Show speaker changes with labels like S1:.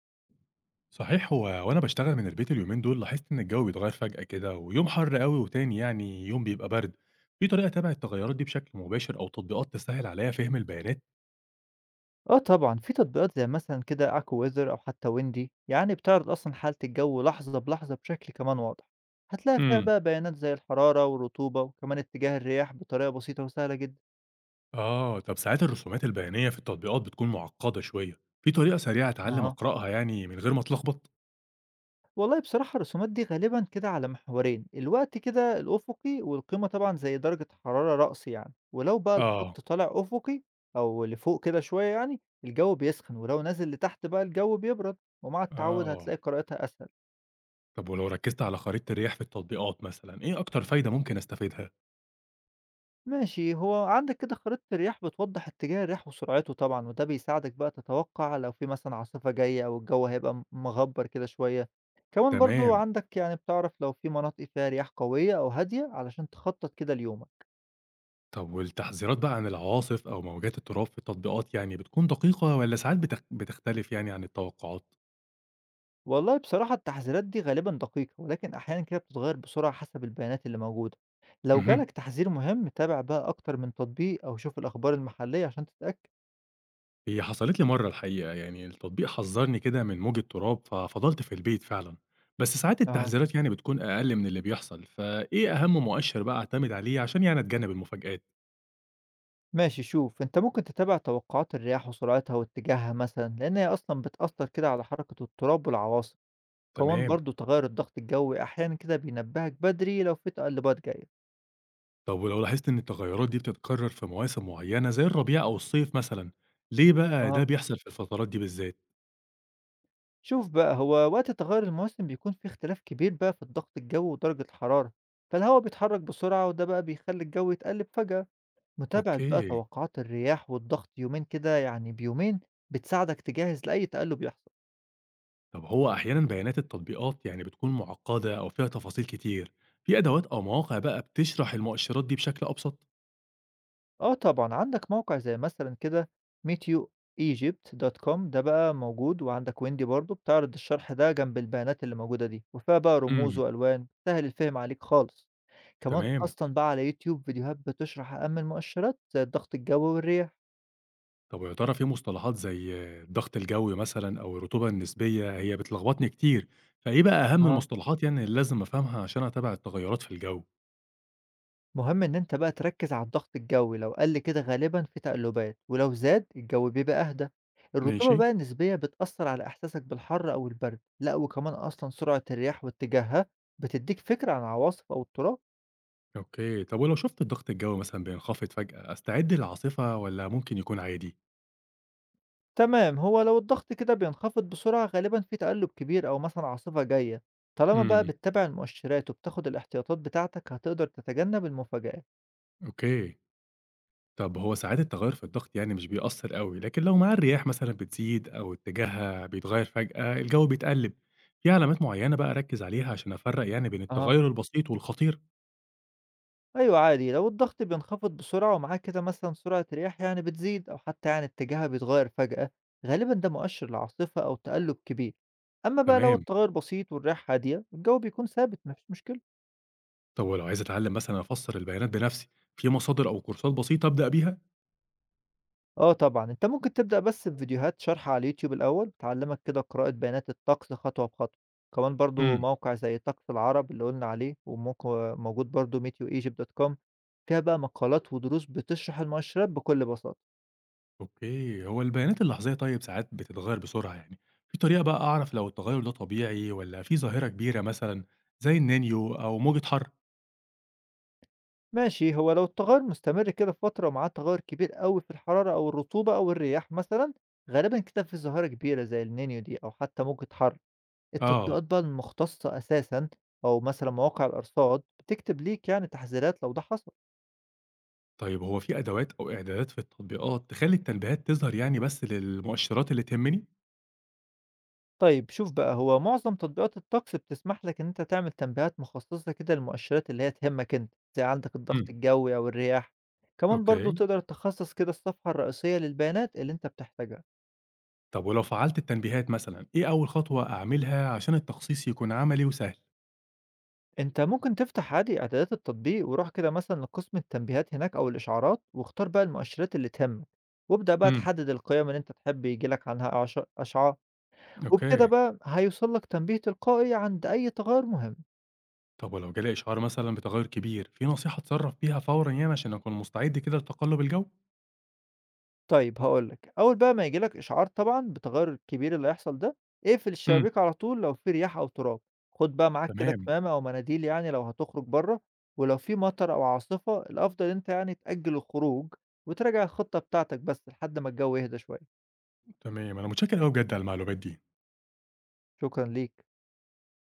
S1: صحيح، هو وأنا باشتغل من البيت اليومين دول لاحظت إن الجو بيتغير فجأة كده ويوم حر أوي وتاني يعني يوم بيبقى برد، في طريقة أتابع التغيرات دي بشكل مباشر أو تطبيقات تسهل عليا فهم البيانات؟
S2: آه طبعًا، في تطبيقات زي مثلًا كده Aqua Weather أو حتى Windy، يعني بتعرض أصلًا حالة الجو لحظة بلحظة بشكل كمان واضح، هتلاقي فيها
S1: امم
S2: بقى بيانات زي الحرارة والرطوبة وكمان اتجاه الرياح بطريقة بسيطة وسهلة جدًا.
S1: آه. طب ساعات الرسومات البيانية في التطبيقات بتكون معقدة شوية، في طريقة سريعة أتعلم
S2: أها.
S1: أقرأها يعني من غير ما أتلخبط؟
S2: والله بصراحة الرسومات دي غالبًا كده على محورين، الوقت كده الأفقي والقيمة طبعًا زي درجة حرارة رأس يعني، ولو بقى
S1: آه.
S2: الخط طالع أفقي أو لفوق كده شوية يعني، الجو بيسخن ولو نازل لتحت بقى الجو بيبرد، ومع التعود
S1: آه.
S2: هتلاقي قراءتها أسهل.
S1: طب ولو ركزت على خريطة الرياح في التطبيقات مثلا إيه أكتر فايدة ممكن أستفيدها؟
S2: ماشي، هو عندك كده خريطة الرياح بتوضح اتجاه الرياح وسرعته طبعا، وده بيساعدك بقى تتوقع لو في مثلا عاصفة جاية أو الجو هيبقى مغبر كده شوية. كمان برضو
S1: تمام.
S2: عندك، يعني بتعرف لو في مناطق فيها رياح قوية أو هادية علشان تخطط كده ليومك.
S1: طب والتحذيرات بقى عن العواصف أو موجات التراب في التطبيقات يعني بتكون دقيقة والّا ساعات بتختلف يعني عن التوقعات؟
S2: والله بصراحة التحذيرات دي غالبا دقيقة، ولكن أحيانا كده بتتغير بسرعة حسب البيانات اللي موجودة. لو
S1: اهم.
S2: جالك تحذير مهم تابع بقى أكتر من تطبيق أو شوف الأخبار المحلية عشان تتأكد.
S1: هي حصلت لي مرّة الحقيقة، يعني التطبيق حذّرني كده من موجة تراب ففضلت في البيت فعلًا، بس ساعات
S2: اه.
S1: التحذيرات يعني بتكون أقل من اللي بيحصل، فإيه أهم مؤشر بقى أعتمد عليه عشان يعني أتجنب المفاجآت؟
S2: ماشي، شوف انت ممكن تتابع توقعات الرياح وسرعتها واتجاهها مثلا، لان هي اصلا بتأثر كده على حركة التراب والعواصف. كمان
S1: تمام.
S2: برضو تغير الضغط الجوي احيانا كده بينبهك بدري لو في تقلبات جاية.
S1: طب ولو لاحظت إن التغيرات دي بتتكرر في مواسم معيّنة زي الربيع أو الصيف مثلًا، ليه بقى ده
S2: اها.
S1: بيحصل في الفترات دي بالذات؟
S2: شوف بقى، هو وقت تغير الموسم بيكون في اختلاف كبير بقى في الضغط الجوي ودرجة الحرارة، فالهواء بيتحرك بسرعة، وده بقى بيخلي الجو يتقلب فجأة. متابعة بقى
S1: أوكي.
S2: توقعات الرياح والضغط يومين كده يعني بيومين بتساعدك تجهز لأي تقلب يحصل.
S1: طب هو أحيانًا بيانات التطبيقات يعني بتكون معقدة أو فيها تفاصيل كتير، في أدوات أو مواقع بقى بتشرح المؤشرات دي بشكل أبسط؟
S2: آه طبعًا، عندك موقع زي مثلًا كده meteoegypt.com ده بقى موجود، وعندك Wendy برضه بتعرض الشرح ده جنب البيانات اللي موجودة دي، وفيها بقى رموز
S1: امم.
S2: وألوان بتسهل الفهم عليك خالص. كمان
S1: تمام.
S2: أصلًا بقى على يوتيوب فيديوهات بتشرح أهم المؤشرات زي الضغط الجوي والرياح.
S1: طب ويا ترى في مصطلحات زي الضغط الجوي مثلًا أو الرطوبة النسبية هي بتلخبطني كتير، فإيه بقى أهم المصطلحات يعني اللي لازم أفهمها عشان أتابع التغيرات في الجو؟
S2: مهم إن أنت بقى تركز على الضغط الجوي، لو قل كده غالبا في تقلبات، ولو زاد الجو بيبقى أهدى. الرطوبة
S1: ماشي.
S2: بقى النسبية بتأثر على إحساسك بالحر أو البرد، لا وكمان أصلا سرعة الرياح واتجاهها بتديك فكرة عن العواصف أو التراب.
S1: أوكي. طب ولو شُفت الضغط الجوي مثلًا بينخفض فجأة، أستعد للعاصفة والّا ممكن يكون عادي؟
S2: تمام، هو لو الضغط كده بينخفض بسرعة غالبا في تقلب كبير أو مثلا عاصفة جاية. طالما بقى
S1: امم.
S2: بتتابع المؤشرات وبتاخد الاحتياطات بتاعتك هتقدر تتجنب المفاجآت.
S1: أوكي. طب هو ساعات التغير في الضغط يعني مش بيأثر قوي لكن لو معاه الرياح مثلا بتزيد أو اتجاهها بيتغير فجأة الجو بيتقلب، في علامات معينة بقى أركز عليها عشان أفرق يعني بين
S2: أها.
S1: التغير البسيط والخطير؟
S2: أيوه عادي، لو الضغط بينخفض بسرعة ومعاه كده مثلًا سرعة رياح يعني بتزيد أو حتى يعني اتجاهها بيتغير فجأة، غالبًا ده مؤشر لعاصفة أو تقلب كبير. أما بقى لو
S1: تمام.
S2: التغير بسيط والرياح هادية الجو بيكون ثابت ما فيش مشكلة.
S1: طب ولو عايز أتعلم مثلا أفسر البيانات بنفسي، في مصادر أو كورسات بسيطة أبدأ بيها؟
S2: آه طبعًا، أنت ممكن تبدأ بس بفيديوهات شرح على اليوتيوب الأول تعلمك كده قراءة بيانات الطقس خطوة بخطوة. كمان برضه
S1: امم.
S2: موقع زي طقس العرب اللي قلنا عليه موجود برضه meteoegypt.com، فيها بقى مقالات ودروس بتشرح المؤشرات بكل بساطة.
S1: أوكي. هو البيانات اللحظية طيب ساعات بتتغير بسرعة يعني، في طريقة بقى أعرف لو التغير ده طبيعي ولا في ظاهرة كبيرة مثلا زي النينيو أو موجة حر؟
S2: ماشي، هو لو التغير مستمر كده في فترة ومعاه تغير كبير أوي في الحرارة أو الرطوبة أو الرياح مثلا، غالبا كده في ظاهرة كبيرة زي النينيو دي أو حتى موجة حر. التطبيقات
S1: آه.
S2: بقى المختصة أساسا أو مثلا مواقع الأرصاد بتكتب ليك يعني تحذيرات لو ده حصل.
S1: طيب هو في أدوات أو إعدادات في التطبيقات تخلّي التنبيهات تظهر يعني بس للمؤشرات اللي تهمني؟
S2: طيب شوف بقى، هو معظم تطبيقات الطقس بتسمح لك إن أنت تعمل تنبيهات مخصصة كده للمؤشرات اللي هي تهمك أنت، زي عندك الضغط
S1: إمم.
S2: الجوي أو الرياح. كمان برضو
S1: أوكي.
S2: تقدر تخصص كده الصفحة الرئيسية للبيانات اللي أنت بتحتاجها.
S1: طب ولو فعّلت التنبيهات مثلًا، إيه أول خطوة أعملها عشان التخصيص يكون عملي وسهل؟
S2: أنت ممكن تفتح عادي إعدادات التطبيق وروح كده مثلا لقسم التنبيهات هناك أو الإشعارات، واختار بقى المؤشرات اللي تهمك، وابدأ بقى
S1: إمم.
S2: تحدد القيم اللي أنت تحب يجيلك عنها أشعار. وبكده
S1: أوكي.
S2: بقى هيوصل لك تنبيه تلقائي عند أي تغير مهم.
S1: طب ولو جالي إشعار مثلًا بتغيُّر كبير، في نصيحة أتصرّف بيها فورًا يعني عشان أكون مستعد كده لتقلُّب الجو؟
S2: طيب هاقول لك، أول بقى ما ييجي لك إشعار طبعًا بالتغيُّر الكبير اللي هيحصل ده، اقفل
S1: إمم.
S2: الشبابيك على طول لو في رياح أو تراب. خُد بقى معاك كده
S1: تمام.
S2: كمامة أو مناديل يعني لو هتخرج برّه. ولو في مطر أو عاصفة الأفضل إن أنت يعني تأجّل الخروج وتراجع الخطة بتاعتك بس لحد ما الجو يهدى شوية.
S1: تمام. أنا متشكر أوي بجد على المعلومات دي.
S2: شكرًا ليك.